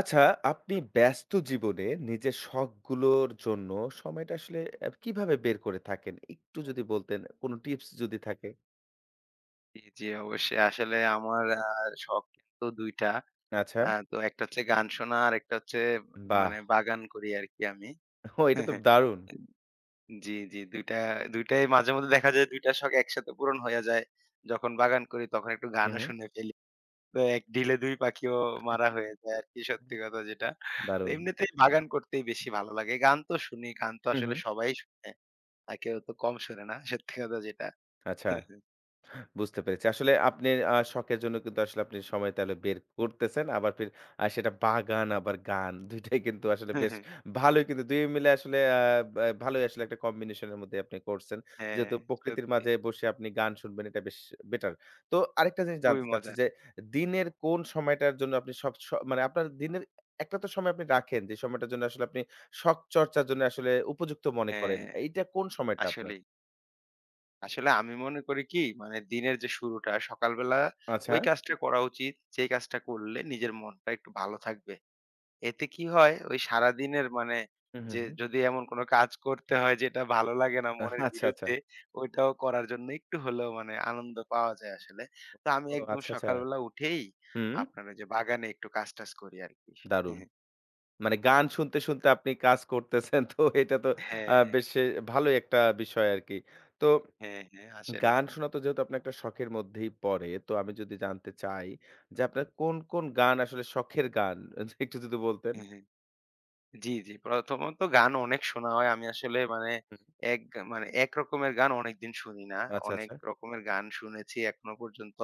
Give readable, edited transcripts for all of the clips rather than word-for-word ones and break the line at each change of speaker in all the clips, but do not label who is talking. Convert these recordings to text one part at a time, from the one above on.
আচ্ছা, আপনি ব্যস্ত জীবনে নিজের শখগুলোর জন্য সময়টা আসলে কিভাবে বের করে থাকেন? একটু যদি বলতেন, কোন টিপস যদি থাকে?
জি, জি, অবশ্যই। আসলে আমার শখ কিন্তু ২ টা।
আচ্ছা,
তো একটা হচ্ছে গান শোনা, আরেকটা হচ্ছে
বাহ!
বাগান করি আরকি আমি।
ও, এটা তো দারুণ।
জি, জি, ২ টা ২ টাই মাঝেমধ্যে দেখা যায় ২ টা শখ একসাথে পূরণ হয়ে যায়। যখন বাগান করি তখন একটু
হু,
গানও
হু।
শুনে ফেলি। তো এক ঢিলে ২ পাখিও মারা হয়ে যায় আরকি, সত্যি কথা যেটা। তো
দারুণ।
এমনিতেই বাগান করতেই বেশি ভালো লাগে। গান তো শুনি, গান তো
হু, হু।
আসলে সবাই শুনে। আর কেউ তো কম শোনে না, সত্যি কথা যেটা।
আচ্ছা। বুঝতে পেরেছি। আসলে আপনি শখের জন্য কিন্তু আসলে আপনি সময় তাহলে বের করতেছেন। আবার ফির আ সেটা বাগান আবার গান ২ টাই কিন্তু আসলে বেশ ভালোই, কিন্তু ২ মিলে আসলে আ ব্যা ভালোই আসলে একটা কম্বিনেশন এর মধ্যে আপনি করছেন।
হ্যাঁ,
যেহেতু প্রকৃতির
সত্যি।
মাঝে বসে আপনি গান শুনবেন, এটা বেশ বেটার। তো আরেকটা জিনিস
খুবই
জানতে চাচ্ছি
মজার।
যে, দিনের কোন সময়টার জন্য আপনি সব স মানে আপনার দিনের একটা তো সময় আপনি রাখেন, যে সময়টার জন্য আসলে আপনি শখ চর্চার জন্য আসলে উপযুক্ত মনে করেন।
হ্যাঁ,
এইটা কোন সময়টা আপনার?
আসলেই। আসলে আমি মনে করি কি, মানে দিনের যে শুরুটা সকালবেলা
আচ্ছা।
ওই কাজটা করা উচিত, যেই কাজটা করলে নিজের মনটা একটু ভালো থাকবে। এতে কি হয়, ওই সারাদিনের মানে
হুম, হুম,
যে
হুম।
যদি এমন কোনো কাজ করতে হয় যেটা ভালো লাগে না, মনের
আচ্ছা, আচ্ছা।
বিরুদ্ধে, ওইটাও করার জন্য একটু হলেও মানে আনন্দ পাওয়া যায় আসলে। তো আমি
ও
একদম
আচ্ছা, আচ্ছা।
সকালবেলা উঠেই
হুম,
আপনার ওই যে বাগানে একটু কাজ-টাজ করি আরকি।
দারুণ। মানে গান শুনতে, শুনতে আপনি কাজ করতেছেন, তো এটা তো আ
হ্যাঁ,
বেশ এ ভালোই একটা বিষয় আরকি। তো
হ্যাঁ, হ্যাঁ, আসলেই।
গান শোনা তো যেহেতু আপনার একটা শখের মধ্যেই পড়ে, তো আমি যদি জানতে চাই যে আপনার কোন, কোন গান আসলে শখের গান? একটু যদি বলতেন।
জি, জি। প্রথমত গান অনেক শোনা হয়। আমি আসলে মানে
হুম,
এক মানে একরকমের গান অনেকদিন শুনি না।
আচ্ছা,
অনেক
আচ্ছা।
রকমের গান শুনেছি এখনো পর্যন্ত।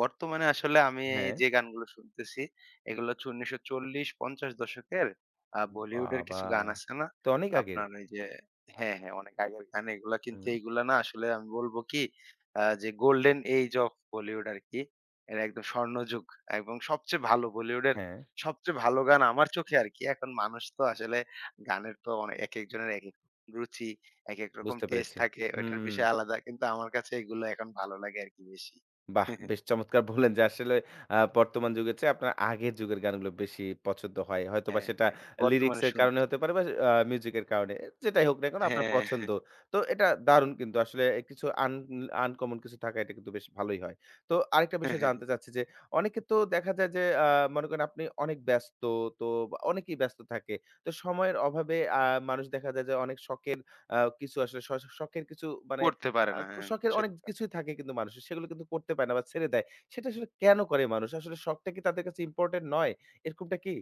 বর্তমানে আসলে আমি
হ্যাঁ,
যে গানগুলো শুনতেছি এগুলো হচ্ছে ১৯৪০-৫০ দশকের বলিউডের
বাবা!
কিছু গান আছে না?
তো অনেক আগের।
আপনার ওই যে হ্যাঁ, হ্যাঁ, অনেক আগের গান এগুলা, কিন্তু
হুম,
এইগুলা না, আসলে আমি বলব কি যে গোল্ডেন এইজ অফ বলিউড আরকি। এরা একদম স্বর্ণযুগ এবং সবচেয়ে ভালো বলিউডের
হ্যাঁ,
সবচেয়ে ভালো গান আমার চোখে আরকি। এখন মানুষ তো আসলে গানের তো একেকজনের একেক রুচি, একেক রকম
বুঝতে
টেস্ট
পেরেছি।
থাকে। ওইটার
হুম।
বিষয় আলাদা। কিন্তু আমার কাছে এগুলো এখন ভালো লাগে আরকি বেশি।
বাহ! বেশ চমৎকার বললেন যে আসলে বর্তমান যুগের চেয়ে আপনার আগের যুগের গানগুলো বেশি পছন্দ হয়। হয়তোবা
হ্যাঁ,
সেটা
হ্যাঁ।
লিরিক্স
বর্তমানে
এর কারণে
শুনছি।
হতে পারে বা মিউজিক এর কারণে। যেটাই হোক না কেন, আপনার
হ্যাঁ।
পছন্দ। তো এটা দারুণ, কিন্তু আসলে কিছু আন আনকমন কিছু থাকা এটা কিন্তু বেশ ভালোই হয়। তো আরেকটা বিষয় জানতে চাচ্ছি যে, অনেকে তো দেখা যায় যে মনে করেন আপনি অনেক ব্যস্ত, তো অনেকেই ব্যস্ত থাকে। তো সময়ের অভাবে মানুষ দেখা যায় যে অনেক শখের আ কিছু আসলে শ শখের কিছু, মানে
করতে পারে
আ
না। হ্যাঁ,
শখের অনেক
সত্যি কথা।
কিছুই থাকে কিন্তু মানুষের। সেগুলো কিন্তু করতে পারে না বা ছেড়ে দেয়। সেটা আসলে কেন করে মানুষ? আসলে শখটা কি তাদের কাছে ইম্পোর্টেন্ট নয়? এরকমটা কি?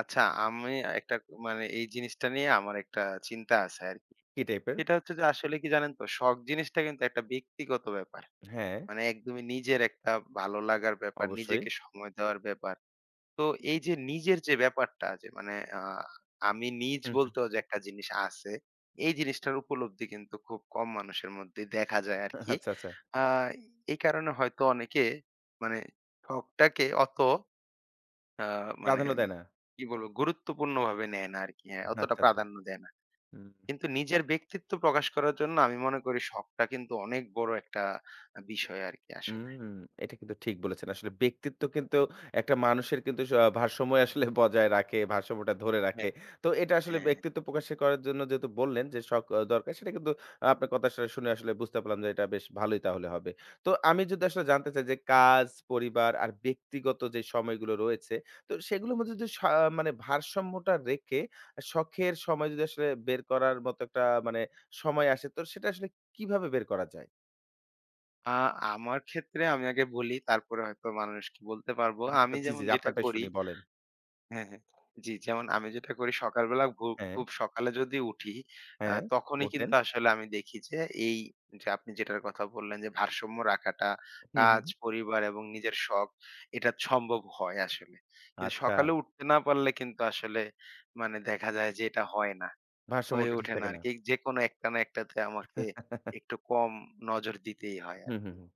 আচ্ছা, আমি একটা মানে এই জিনিসটা নিয়ে আমার একটা চিন্তা আছে আরকি।
কি টাইপের?
সেটা হচ্ছে যে আসলে কি জানেন তো, শখ জিনিসটা কিন্তু একটা ব্যক্তিগত ব্যাপার।
হ্যাঁ,
মানে একদমই নিজের একটা ভালো লাগার ব্যাপার,
অবশ্যই।
নিজেকে সময় দেওয়ার ব্যাপার। তো এই যে নিজের যে ব্যাপারটা, যে মানে আমি নিজ
হুম, হুম।
বলতেও যে একটা জিনিস আছে, এই জিনিসটার উপলব্ধি কিন্তু খুব কম মানুষের মধ্যেই দেখা যায় আরকি।
আচ্ছা, আচ্ছা।
আ এই কারণে হয়তো অনেকে মানে শখটাকে অত আ মানে
প্রাধান্য দেয় না।
কি বলবো, গুরুত্বপূর্ণভাবে নেয় না আরকি। হ্যাঁ, অতটা
আচ্ছা, আচ্ছা।
প্রাধান্য দেয় না।
হুম।
কিন্তু নিজের ব্যক্তিত্ব প্রকাশ করার জন্য আমি মনে করি শখটা কিন্তু অনেক বড় একটা বিষয় আরকি আসলে।
হুম, এটা কিন্তু ঠিক বলেছেন। আসলে ব্যক্তিত্ব কিন্তু একটা মানুষের কিন্তু ভারসাম্য আসলে বজায় রাখে, ভারসাম্যটা ধরে রাখে।
হ্যাঁ,
তো এটা আসলে
হ্যাঁ।
ব্যক্তিত্ব প্রকাশ করার জন্য যেহেতু বললেন যে শখ দরকার, সেটা কিন্তু আহ, আপনার কথা আসলে শুনে আসলে বুঝতে পারলাম যে এটা বেশ ভালোই তাহলে হবে। তো আমি যদি আসলে জানতে চাই যে কাজ, পরিবার আর ব্যক্তিগত যে সময়গুলো রয়েছে, তো সেগুলোর মধ্যে যদি মানে ভারসাম্যটা রেখে শখের সময় যদি আসলে বের করার মতো একটা মানে সময় আসে, তো সেটা আসলে কিভাবে বের করা যায়?
আ আমার ক্ষেত্রে আমি আগে বলি, তারপরে হয়তো মানুষকে বলতে পারবো।
আচ্ছা,
আমি
জি, জি,
যেমন যেটা
আপনারটাই
করি
শুনি, বলেন।
হ্যাঁ, হ্যাঁ। জি, যেমন আমি যেটা করি সকালবেলা
হ্যাঁ,
খুব সকালে যদি উঠি,
হ্যাঁ,
তখনই
উঠলেন।
কিন্তু আসলে আমি দেখি যে এই যে আপনি যেটার কথা বললেন যে ভারসাম্য রাখাটা,
হুম, হুম,
কাজ,
হুম।
পরিবার এবং নিজের শখ, এটা সম্ভব হয় আসলে। কিন্তু
আচ্ছা,
সকালে উঠতে না পারলে কিন্তু আসলে মানে দেখা যায় যে এটা হয় না। হয়ে
ভারসাম্যটা ঠিক
ওঠে না
থাকে না।
আরকি। যেকোনো একটা না একটাতে আমাকে একটু কম নজর দিতেই হয়
হুম, হুম,
আরকি।
হুম।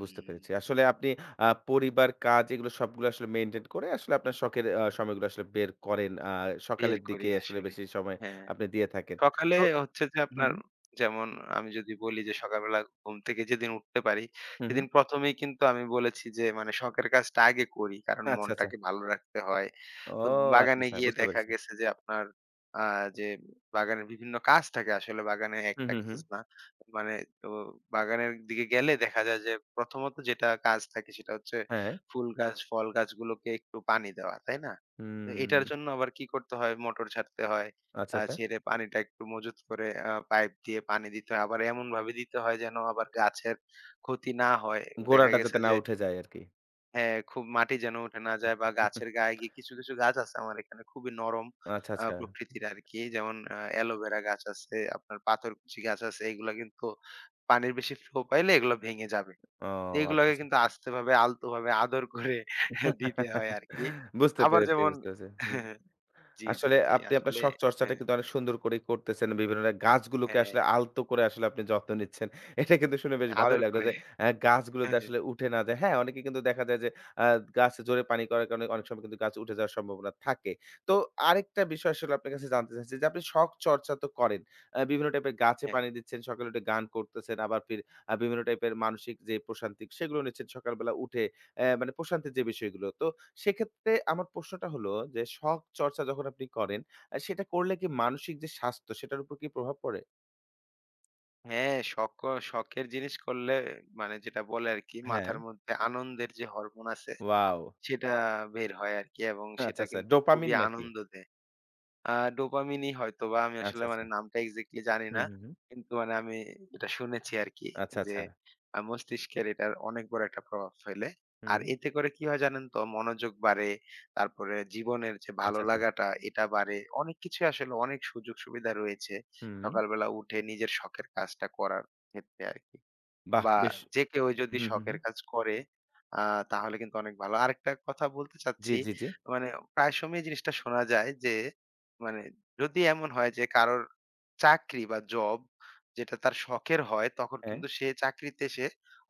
বুঝতে
হুম।
পেরেছি। আসলে আপনি পরিবার, কাজ এগুলো সবগুলো আসলে মেইনটেইন করে আসলে আপনার শখের সময়গুলো আসলে বের করেন।
বের
সকালের
করি
দিকে আসলে
আসলে।
বেশি সময়
হ্যাঁ।
আপনি দিয়ে থাকেন।
সকালে
তো
হচ্ছে যে আপনার
হুম,
যেমন আমি যদি বলি যে সকালবেলা ঘুম থেকে যেদিন উঠতে পারি,
হুম, হুম।
সেদিন ১ম এই কিন্তু আমি বলেছি যে মানে শখের কাজটা আগে করি। কারণ
আচ্ছা, আচ্ছা।
মনটাকে ভালো রাখতে হয়।
ও
তো
আচ্ছা,
বাগানে
আচ্ছা,
গিয়ে
বুঝতে
দেখা
পেরেছি।
গেছে যে আপনার আ যে বাগানের বিভিন্ন কাজ থাকে, আসলে বাগানে
হুম,
একটা
হুম,
কাজ
হুম।
না। মানে তো বাগানের দিকে গেলে দেখা যায় যে প্রথমত যেটা কাজ থাকে সেটা হচ্ছে
হ্যাঁ,
ফুল গাছ, ফল গাছগুলোকে একটু পানি দেওয়া, তাই না? তো
হুম।
এটার জন্য আবার কি করতে হয়, মোটর ছাড়তে হয়।
আচ্ছা, আচ্ছা।
ছেড়ে পানিটা একটু মজুত করে পাইপ দিয়ে পানি দিতে হয়। আবার এমনভাবে দিতে হয় যেন আবার গাছের ক্ষতি না হয়। দেখা
গোড়াটা
গেছে
যাতে না
যে
উঠে যায় আরকি।
হ্যাঁ, খুব মাটি যেন উঠে না যায় বা গাছের গায়ে গিয়ে কিছু, কিছু গাছ আছে আমার এখানে খুবই নরম
আচ্ছা, আচ্ছা।
প্রকৃতির আরকি। যেমন অ্যালোভেরা গাছ আছে, আপনার পাথরকুচি গাছ আছে। এগুলা কিন্তু পানির বেশি ফ্লো পাইলে এগুলো ভেঙে যাবে।
ও আচ্ছা,
এগুলাকে
আচ্ছা।
কিন্তু আস্তেভাবে আলতোভাবে আদর করে দিতে হয় আরকি।
বুঝতে
আবার
পেরেছি,
যেমন
বুঝতে পেরেছি। হুম।
জি, জি,
আসলে
জি।
আপনি আপনার
আসলে
শখ চর্চাটা
হ্যাঁ,
কিন্তু অনেক সুন্দর করেই করতেছেন। বিভিন্ন ধরনের গাছগুলোকে আসলে
হ্যাঁ।
আলতো করে আসলে আপনি যত্ন নিচ্ছেন। এটা কিন্তু শুনে বেশ ভালোই
আদর
লাগলো
করে।
যে গাছগুলোতে
হ্যাঁ, হ্যাঁ,
আসলে উঠে না যায়। হ্যাঁ, অনেকে কিন্তু দেখা যায় যে আ গাছে জোরে পানি করার কারণে অনেক সময় কিন্তু গাছ উঠে যাওয়ার সম্ভাবনা থাকে। তো আরেকটা বিষয় আসলে আপনার কাছে জানতে চাচ্ছি যে, আপনি শখ চর্চা তো করেন। বিভিন্ন টাইপের গাছে
হ্যাঁ।
পানি দিচ্ছেন, সকালে উঠে গান করতেছেন, আবার ফির আ বিভিন্ন টাইপের মানসিক যে প্রশান্তি সেগুলো নিচ্ছেন সকালবেলা উঠে। মানে প্রশান্তির যে বিষয়গুলো। তো সেক্ষেত্রে আমার প্রশ্নটা হলো যে, শখ চর্চা যখন আপনি করেন, সেটা করলে কি মানসিক যে স্বাস্থ্য, সেটার উপর কি প্রভাব পড়ে?
হ্যাঁ, শখের জিনিস করলে মানে যেটা বলে আরকি,
হ্যাঁ,
মাথার মধ্যে আনন্দের যে হরমোন আছে
ওয়াও!
সেটা বের হয় আরকি, এবং
আচ্ছা,
সেটা
আচ্ছা।
কিন্তু
ডোপামিন
খুবই
নাকি?
আনন্দ দেয়। আ ডোপামিনই হয়তোবা, আমি
আচ্ছা,
আসলে
আচ্ছা।
মানে নামটা এক্সাক্টলি জানি
হুম,
না।
হুম, হুম।
কিন্তু মানে আমি এটা শুনেছি আরকি
আচ্ছা,
যে
আচ্ছা।
মস্তিষ্কের এটার অনেক বড় একটা প্রভাব ফেলে।
হুম।
আর এতে করে কি হয় জানেন তো? মনোযোগ বাড়ে, তারপরে জীবনের যে
আচ্ছা,
ভালো
আচ্ছা।
লাগাটা এটা বাড়ে। অনেক কিছুই আসলে, অনেক সুযোগ সুবিধা রয়েছে
হুম।
সকালবেলা উঠে নিজের শখের কাজটা করার ক্ষেত্রে আরকি।
বাহ!
বা
বেশ
যে কেউ যদি
হুম, হুম, হুম।
শখের কাজ করে আ তাহলে কিন্তু অনেক ভালো। আরেকটা কথা বলতে
জি,
চাচ্ছি,
জি, জি।
মানে প্রায় সময় এই জিনিসটা শোনা যায় যে মানে যদি এমন হয় যে কারোর চাকরি বা জব যেটা তার শখের হয়, তখন
হ্যাঁ।
কিন্তু সে চাকরিতে সে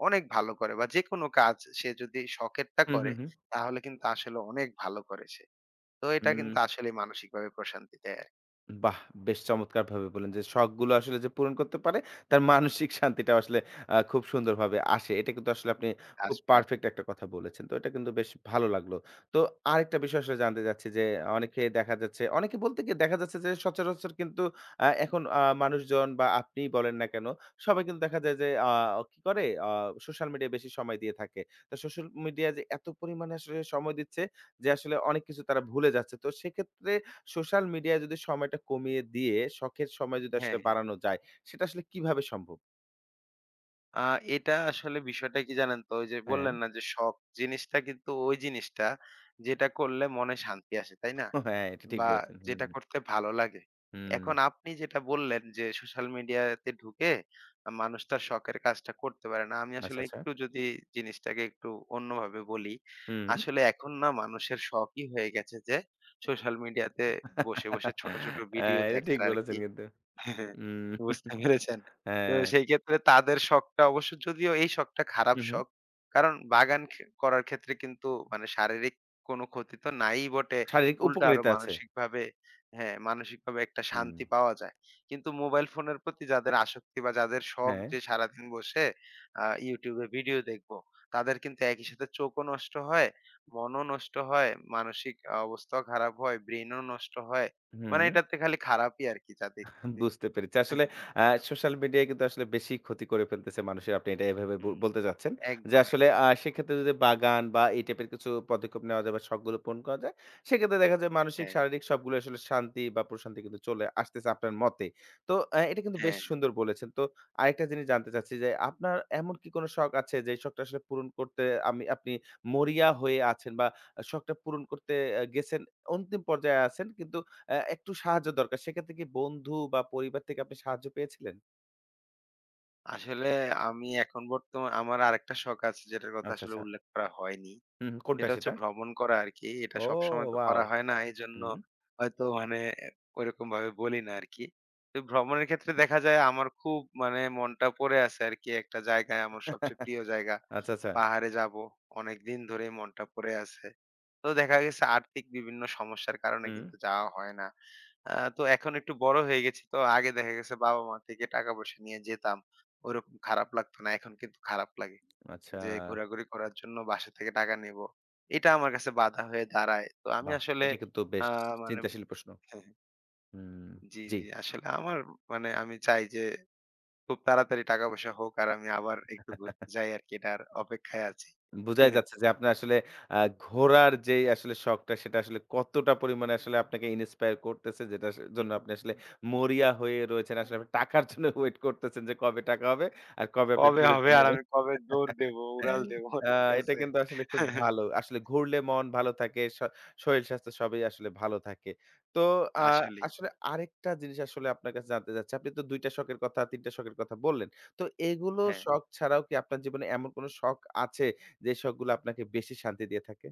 অনেক ভালো করে। বা যেকোনো কাজ সে যদি শখেরটা
হুম,
করে
হুম, হুম।
তাহলে কিন্তু আসলে অনেক ভালো করে সে। তো এটা
হুম।
কিন্তু আসলে মানসিকভাবে প্রশান্তি দেয় আরকি।
বাহ! বেশ চমৎকারভাবে বললেন যে, শখগুলো আসলে যে পূরণ করতে পারে, তার মানসিক শান্তিটাও আসলে খুব সুন্দরভাবে আসে। এটা কিন্তু আসলে আপনি খুব
আসবে আরকি।
পারফেক্ট একটা কথা বলেছেন। তো এটা কিন্তু বেশ ভালো লাগলো। তো আরেকটা বিষয় আসলে জানতে চাচ্ছি যে, অনেকে দেখা যাচ্ছে, অনেকে বলতে কি দেখা যাচ্ছে যে, সচরাচর কিন্তু আ এখন আ মানুষজন বা আপনিই বলেন না কেন, সবাই কিন্তু দেখা যায় যে, আ কি করে আ সোশ্যাল মিডিয়ায় বেশি সময় দিয়ে থাকে। তো সোশ্যাল মিডিয়া যে এত পরিমাণে আসলে সময় দিচ্ছে যে, আসলে অনেক কিছু তারা ভুলে যাচ্ছে। তো সেক্ষেত্রে সোশ্যাল মিডিয়ায় যদি সময়টা কমিয়ে দিয়ে শখের সময় যদি আসলে
হ্যাঁ, হ্যাঁ।
বাড়ানো যায়, সেটা আসলে কিভাবে সম্ভব?
আ এটা আসলে, বিষয়টা কি জানেন তো? ওই যে
হ্যাঁ,
বললেন না যে শখ জিনিসটা কিন্তু ওই জিনিসটা যেটা করলে মনে শান্তি আসে, তাই না?
হ্যাঁ, এটা ঠিক
বা
বলেছেন। হুম,
যেটা করতে ভালো লাগে।
হুম।
এখন আপনি যেটা বললেন যে সোশ্যাল মিডিয়াতে ঢুকে মানুষ তার শখের কাজটা করতে পারে না। আমি
আচ্ছা,
আসলে
আচ্ছা।
একটু যদি জিনিসটাকে একটু অন্যভাবে বলি।
হুম।
আসলে এখন না, মানুষের শখই হয়ে গেছে যে সোশ্যাল মিডিয়াতে বসে, বসে ছোট, ছোট ভিডিও
হ্যাঁ, এটা ঠিক
দেখার
বলেছেন
আরকি।
কিন্তু।
হ্যাঁ,
উম
বুঝতে পেরেছেন। তো
হ্যাঁ।
সেই ক্ষেত্রে তাদের শখটা, অবশ্য যদিও এই শখটা খারাপ
হু, হু।
শখ। কারণ বাগান করার ক্ষেত্রে কিন্তু মানে শারীরিক কোনো ক্ষতি তো নাই বটে।
শারীরিক
উল্টা আরো
উপকারিতা আছে।
মানসিকভাবে হ্যাঁ, মানসিকভাবে একটা
হুম।
শান্তি পাওয়া যায়। কিন্তু মোবাইল ফোনের প্রতি যাদের আসক্তি বা যাদের শখ
হ্যাঁ।
যে সারাদিন বসে YouTube এ ভিডিও দেখবো, তাদের কিন্তু একই সাথে চোখও নষ্ট হয়, মনও নষ্ট হয়, মানসিক অবস্থাও খারাপ হয়, ব্রেইনও নষ্ট হয়।
হুম।
মানে এটাতে খালি খারাপই আরকি যা দেখতেছি।
বুঝতে পেরেছি। আসলে
হ্যাঁ,
সোশ্যাল মিডিয়ায় কিন্তু আসলে বেশি ক্ষতি করে ফেলতেছে মানুষের। আপনি এটা এভাবে
হুম,
বলতে চাচ্ছেন। যে
একদম,
আসলে
একদম।
সেক্ষেত্রে যদি বাগান বা এই টাইপের কিছু পদক্ষেপ নেওয়া যায় বা শখগুলো পূরণ করা যায়, সেক্ষেত্রে দেখা যায় মানসিক,
হ্যাঁ,
শারীরিক সবগুলো আসলে শান্তি বা প্রশান্তি কিন্তু চলে আসতেছে আপনার মতে। তো এটা কিন্তু বেশ
হ্যাঁ।
সুন্দর বলেছেন। তো আরেকটা জিনিস জানতে চাচ্ছি যে, আপনার এমন কি কোনো শখ আছে যে শখটা আসলে পূরণ করতে আপনি মরিয়া হয়ে আছেন বা শখটা পূরণ করতে গেছেন, অন্তিম পর্যায়ে আছেন, কিন্তু একটু সাহায্য দরকার। সেক্ষেত্রে কি বন্ধু বা পরিবার থেকে আপনি সাহায্য পেয়েছিলেন?
আসলে আমি এখন বর্তমান আমার আরেকটা শখ আছে যেটার কথা
আচ্ছা,
আসলে
আচ্ছা।
উল্লেখ করা হয়নি।
হুম, কোনটা
এটা হচ্ছে
সেটা?
ভ্রমণ করা আরকি। এটা
ও
সবসময় তো
ওয়াও!
করা হয় না। এজন্য
হুম।
হয়তো মানে ওইরকমভাবে বলি না আরকি। তো ভ্রমণের ক্ষেত্রে দেখা যায় আমার খুব মানে মনটা পড়ে আছে আরকি একটা জায়গায়, আমার সবচেয়ে প্রিয় জায়গা।
আচ্ছা, আচ্ছা।
পাহাড়ে যাবো। অনেকদিন ধরেই মনটা পড়ে আছে। তো দেখা গেছে আর্থিক বিভিন্ন সমস্যার কারণে
হুম।
কিন্তু যাওয়া হয় না। তো এখন একটু বড় হয়ে গেছি, তো আগে দেখা গেছে বাবা-মা থেকে টাকা-পয়সা নিয়ে যেতাম। ওরকম খারাপ লাগতো না। এখন কিন্তু খারাপ লাগে।
আচ্ছা।
যে ঘোরাঘুরি করার জন্য বাসা থেকে টাকা নিবো। এটা আমার কাছে বাধা হয়ে দাঁড়ায়। তো আমি
বাহ!
আসলে
এটা কিন্তু
আ
বেশ
মানে
চিন্তাশীল প্রশ্ন।
হ্যাঁ,
হুম,
জি,
জি।
জি। আসলে আমার মানে আমি চাই যে খুব তাড়াতাড়ি টাকা-পয়সা হোক আর আমি আবার একটু ঘুরতে যাই আরকি, এটার অপেক্ষায় আছি।
বুঝাই যাচ্ছে যে আপনার আসলে ঘোরার যেই আসলে শখটা সেটা আসলে কতটা পরিমাণে আসলে আপনাকে ইন্সপায়ার করতেছে, যেটার জন্য আপনি আসলে মরিয়া হয়ে রয়েছেন। আসলে আপনি টাকার জন্য ওয়েট করতেছেন যে কবে টাকা হবে আর কবে আপনি
কবে
ট্যুরে
হবে
চলে
আর আমি কবে দৌড় দেবো, উড়াল দেবো,
আ
ঠিক
এটা
আছে?
কিন্তু আসলে খুব ভালো। আসলে ঘুরলে মন ভালো থাকে, শরীর স্বাস্থ্য সবই আসলে ভালো থাকে। তো আ
আসলেই।
আসলে আরেকটা জিনিস আসলে আপনার কাছে জানতে চাচ্ছি। আপনি তো ২ টা শখের কথা, ৩ টা শখের কথা বললেন। তো এগুলো
হ্যাঁ,
শখ ছাড়াও কি আপনার জীবনে এমন কোন শখ আছে যে শখগুলো আপনাকে বেশি শান্তি দিয়ে থাকে?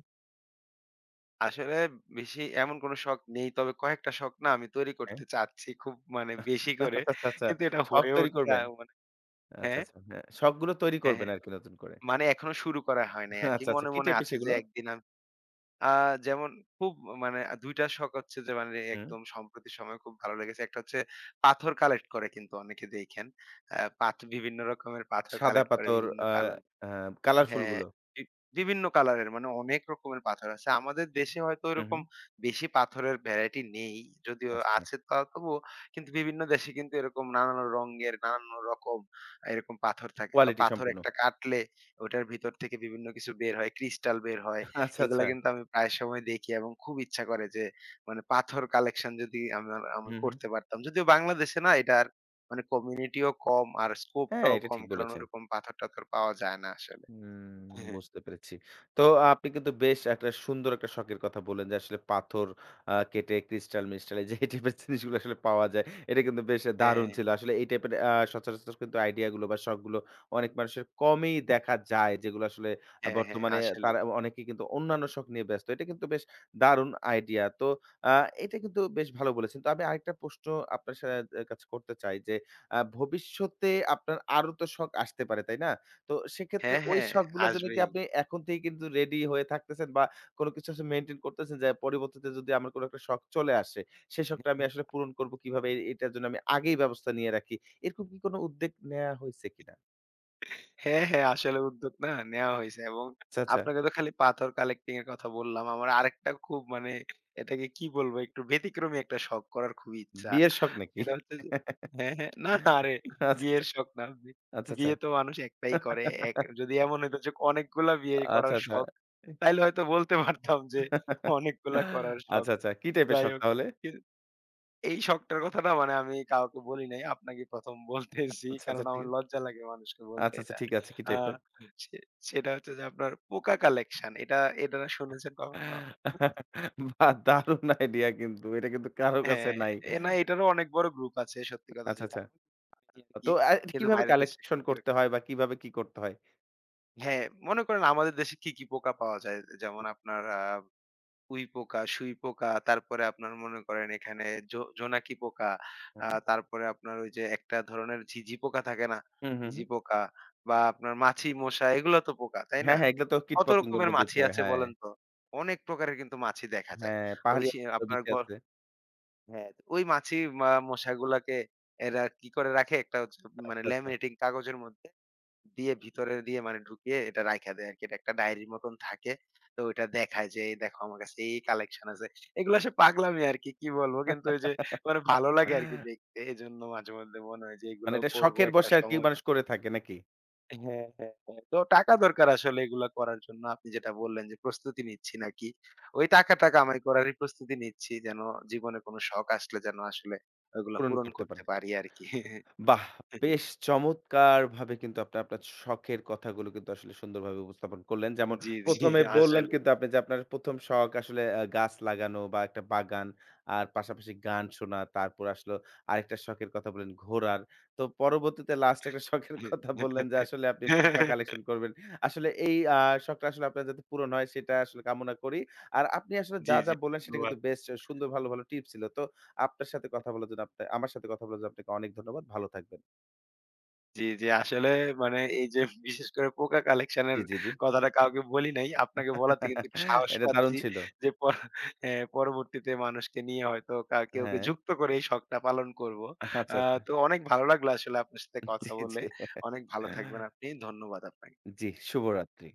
আসলে বেশি এমন কোনো শখ নেই। তবে কয়েকটা শখ না আমি তৈরি
হ্যাঁ?
করতে চাচ্ছি, খুব মানে বেশি করে।
আচ্ছা, আচ্ছা, আচ্ছা।
কিন্তু এটা
শখ
হয়ে
তৈরি
উঠতে
করবেন।
মানে
আচ্ছা,
হ্যাঁ?
আচ্ছা। হ্যাঁ, শখগুলো তৈরি
হ্যাঁ,
করবেন
হ্যাঁ।
আরকি নতুন করে।
মানে এখনো শুরু করা হয় নাই আরকি।
আচ্ছা, আচ্ছা।
মনে,
কি
মনে
টাইপের
আছে যে
সেগুলো?
একদিন আম আ যেমন খুব মানে ২ টা শখ হচ্ছে যে মানে
হুম।
একদম সম্প্রতি সময়ে খুব ভালো লেগেছে। একটা হচ্ছে পাথর কালেক্ট করে কিন্তু অনেকে দেখেন। আ পাথ বিভিন্ন রকমের পাথর
সাদা
কালেক্ট করে
পাথর
বিভিন্ন
আ
কালার
আ কালারফুল
হ্যাঁ,
গুলো।
বি বিভিন্ন কালারের মানে অনেক রকমের পাথর আছে। আমাদের দেশে হয়তো
হু, হু।
ওইরকম বেশি পাথরের ভ্যারাইটি নেই। যদিও
আচ্ছা, আচ্ছা।
আছে তা তবুও কিন্তু বিভিন্ন দেশে কিন্তু এরকম নানান রঙের, নানান রকম এরকম পাথর থাকে। বা
কোয়ালিটি
পাথর
সম্পূর্ণ।
একটা কাটলে ওটার ভিতর থেকে বিভিন্ন কিছু বের হয়, ক্রিস্টাল বের হয়।
আচ্ছা,
এগুলা
আচ্ছা।
কিন্তু আমি প্রায় সময় দেখি এবং খুব ইচ্ছা করে যে মানে পাথর কালেকশন যদি আমি
হুম, হুম।
করতে পারতাম। যদিও বাংলাদেশে না, এটার মানে কমিউনিটিও কম আর
হ্যাঁ,
স্কোপটাও
এটা
কম।
ঠিক
কারণ
বলেছেন।
ওরকম পাথর-টাথর পাওয়া যায় না আসলে।
হুম,
হ্যাঁ,
বুঝতে পেরেছি। তো আপনি কিন্তু বেশ একটা সুন্দর একটা শখের কথা বললেন যে আসলে পাথর কেটে ক্রিস্টাল মিস্টাল এই যে এই টাইপের জিনিসগুলো আসলে পাওয়া যায়। এটা কিন্তু বেশ দারুণ
হ্যাঁ,
ছিল। আসলে এই টাইপের সচরাচর কিন্তু আইডিয়া গুলো বা শখগুলো অনেক মানুষের কমই দেখা যায়। যেগুলো আসলে
হ্যাঁ, হ্যাঁ,
বর্তমানে
আসলেই।
তারা অনেকেই কিন্তু অন্যান্য শখ নিয়ে ব্যস্ত। এটা কিন্তু বেশ দারুণ আইডিয়া। তো আ এটা কিন্তু বেশ ভালো বলেছেন। তো আমি আরেকটা প্রশ্ন আপনার কাছে করতে চাই যে, ভবিষ্যতে আপনার আরো তো শখ আসতে পারে, তাই না? তো সেক্ষেত্রে
হ্যাঁ,
ওই
হ্যাঁ,
শখগুলোর জন্য কি
আসবেই।
আপনি এখন থেকেই কিন্তু রেডি হয়ে থাকতেছেন বা কোনো কিছু আসলে মেইনটেইন করতেছেন যে পরবর্তীতে যদি আমার কোনো একটা শখ চলে আসে, সেই শখটা আমি আসলে পূরণ করবো কিভাবে, এটার জন্য আমি আগেই ব্যবস্থা নিয়ে রাখি। এরকম কি কোনো উদ্যোগ নেয়া হইছে কিনা?
হ্যাঁ, হ্যাঁ, আসলে উদ্যোগ না নেওয়া হইছে এবং
আচ্ছা, আচ্ছা।
আপনাকে তো খালি পাথর কালেক্টিং এর কথা বললাম। আমার আরেকটা খুব মানে এটাকে কি বলবো, একটু ব্যতিক্রমী একটা শখ করার খুব ইচ্ছা।
বিয়ের শখ নাকি?
সেটা হচ্ছে যে হ্যাঁ, হ্যাঁ, না, না আরে,
আচ্ছা,
বিয়ের শখ না।
আচ্ছা, আচ্ছা, আচ্ছা।
বিয়ে তো মানুষ একটাই করে। এক যদি এমন হইতো যে অনেকগুলা বিয়ে
আচ্ছা,
করার
আচ্ছা। আচ্ছা,
শখ, তাইলে হয়তো বলতে পারতাম যে অনেকগুলা করার শখ।
আচ্ছা। আচ্ছা কি টাইপের
যাই
শখ
হোক,
তাহলে?
এই শখটার কথা না মানে আমি কাউকে বলি নাই। আপনাকে ১ম বলতেছি।
আচ্ছা, আচ্ছা,
কারণ
ঠিক
আমার
আছে।
লজ্জা লাগে মানুষকে বলতে
আচ্ছা, আচ্ছা,
এটা।
ঠিক আছে। কি
আ
টাইপের?
সে সেটা হচ্ছে যে আপনার পোকা কালেকশন। এটা এটা না শুনেছেন কখনো?
বাহ! দারুণ আইডিয়া কিন্তু। এটা কিন্তু কারো কাছে
হ্যাঁ,
নাই।
এ না, এটারও অনেক বড় গ্রুপ আছে, সত্যি কথা
আচ্ছা,
যেটা।
আচ্ছা। তো
আরকি।
এটা
কিন্তু
কিভাবে
বাইরের দেশে
কালেকশন
একটু
করতে
এরকম
হয় বা কিভাবে কি করতে হয়?
হ্যাঁ, মনে করেন আমাদের দেশে কি, কি পোকা পাওয়া যায়? যেমন আপনার উই পোকা, সুই পোকা, তারপরে আপনার মনে করেন এখানে জোনাকি পোকা,
হুম।
তারপরে আপনার ওই যে একটা ধরনের ঝিঁঝি পোকা থাকে না?
হুম, হুম,
ঝিঁঝি
হুম।
পোকা বা আপনার মাছি, মশা এগুলো তো পোকা, তাই
হ্যাঁ,
না?
হ্যাঁ, এগুলো তো
কত
কীটপতঙ্গের
রকমের
মধ্যেই
মাছি
পড়ে।
আছে
হ্যাঁ,
বলেন তো? অনেক প্রকারের কিন্তু মাছি দেখা যায়।
হ্যাঁ,
ওই
পাহাড়ি
সে
এলাকায় আরো
আপনার
বেশি
গ
আছে।
হ্যাঁ, ওই মাছি মশাগুলাকে এরা কি করে রাখে, একটা হচ্ছে মানে
আচ্ছা, আচ্ছা।
লেমিনেটিং কাগজের মধ্যে দিয়ে ভিতরে দিয়ে মানে ঢুকিয়ে এটা রাইখা দেয় আরকি। এটা একটা ডায়েরির মতন থাকে। তো ওইটা দেখায় যে, "এই দেখো আমার কাছে এই কালেকশন আছে।" এগুলো আসলে পাগলামি আরকি, কি কি বলবো। কিন্তু ওই যে মানে ভালো লাগে আরকি দেখতে। এজন্য মাঝে মধ্যে মনে হয় যে
মানে
এগুলাও
এটা
করবো
শখের
একটা
বশে আরকি
সময়।
মানুষ করে থাকে নাকি?
হ্যাঁ, হ্যাঁ, হ্যাঁ। তো টাকা দরকার আসলে এগুলা করার জন্য। আপনি যেটা বললেন যে প্রস্তুতি নিচ্ছি নাকি। ওই টাকাটা কামাই করারই প্রস্তুতি নিচ্ছি যেন জীবনে কোনো শখ আসলে যেন আসলে ওগুলা
পূরণ
পূরণ
করতে
করতে
পারে।
পারি আরকি।
বাহ! বেশ চমৎকারভাবে কিন্তু আপনি আপনার শখের কথাগুলো কিন্তু আসলে সুন্দরভাবে উপস্থাপন করলেন। যেমন
জি, জি
১ম এ বললেন
আসলেই।
কিন্তু আপনি যে আপনার ১ম শখ আসলে গাছ লাগানো বা একটা বাগান। আর পাশাপাশি গান শোনা। তারপর আসলো আরেকটা শখের কথা বললেন ঘোরার। তো পরবর্তীতে লাস্ট একটা শখের কথা বললেন যে আসলে আপনি পোকা কালেকশন করবেন। আসলে এই শখটা আসলে আপনার যাতে পূরণ হয় সেটা আসলে কামনা করি। আর আপনি আসলে
জি,
যা, যা
জি,
বললেন সেটা কিন্তু
ধন্যবাদ।
বেশ সুন্দর, ভালো, ভালো টিপস ছিল। তো আপনার সাথে কথা বলার জন্য আমার সাথে কথা বলার জন্য আপনাকে অনেক ধন্যবাদ। ভালো থাকবেন।
জি, জি, আসলে মানে এই যে বিশেষ করে পোকা কালেকশন
জি,
এর
জি, জি।
কথাটা কাউকে বলি নাই। আপনাকে বলাতে কিন্তু একটু সাহস
এটা দারুণ
পাচ্ছি
ছিল।
যে হ্যাঁ, পরবর্তীতে মানুষকে নিয়ে হয়তো কেউকে
হ্যাঁ।
যুক্ত করে এই শখটা পালন করব।
আচ্ছা,
আ
আচ্ছা।
তো অনেক ভালো লাগলো আসলে আপনার সাথে
জি,
কথা বলে।
জি।
অনেক ভালো থাকবেন আপনি। ধন্যবাদ আপনাকে।
জি, শুভরাত্রি।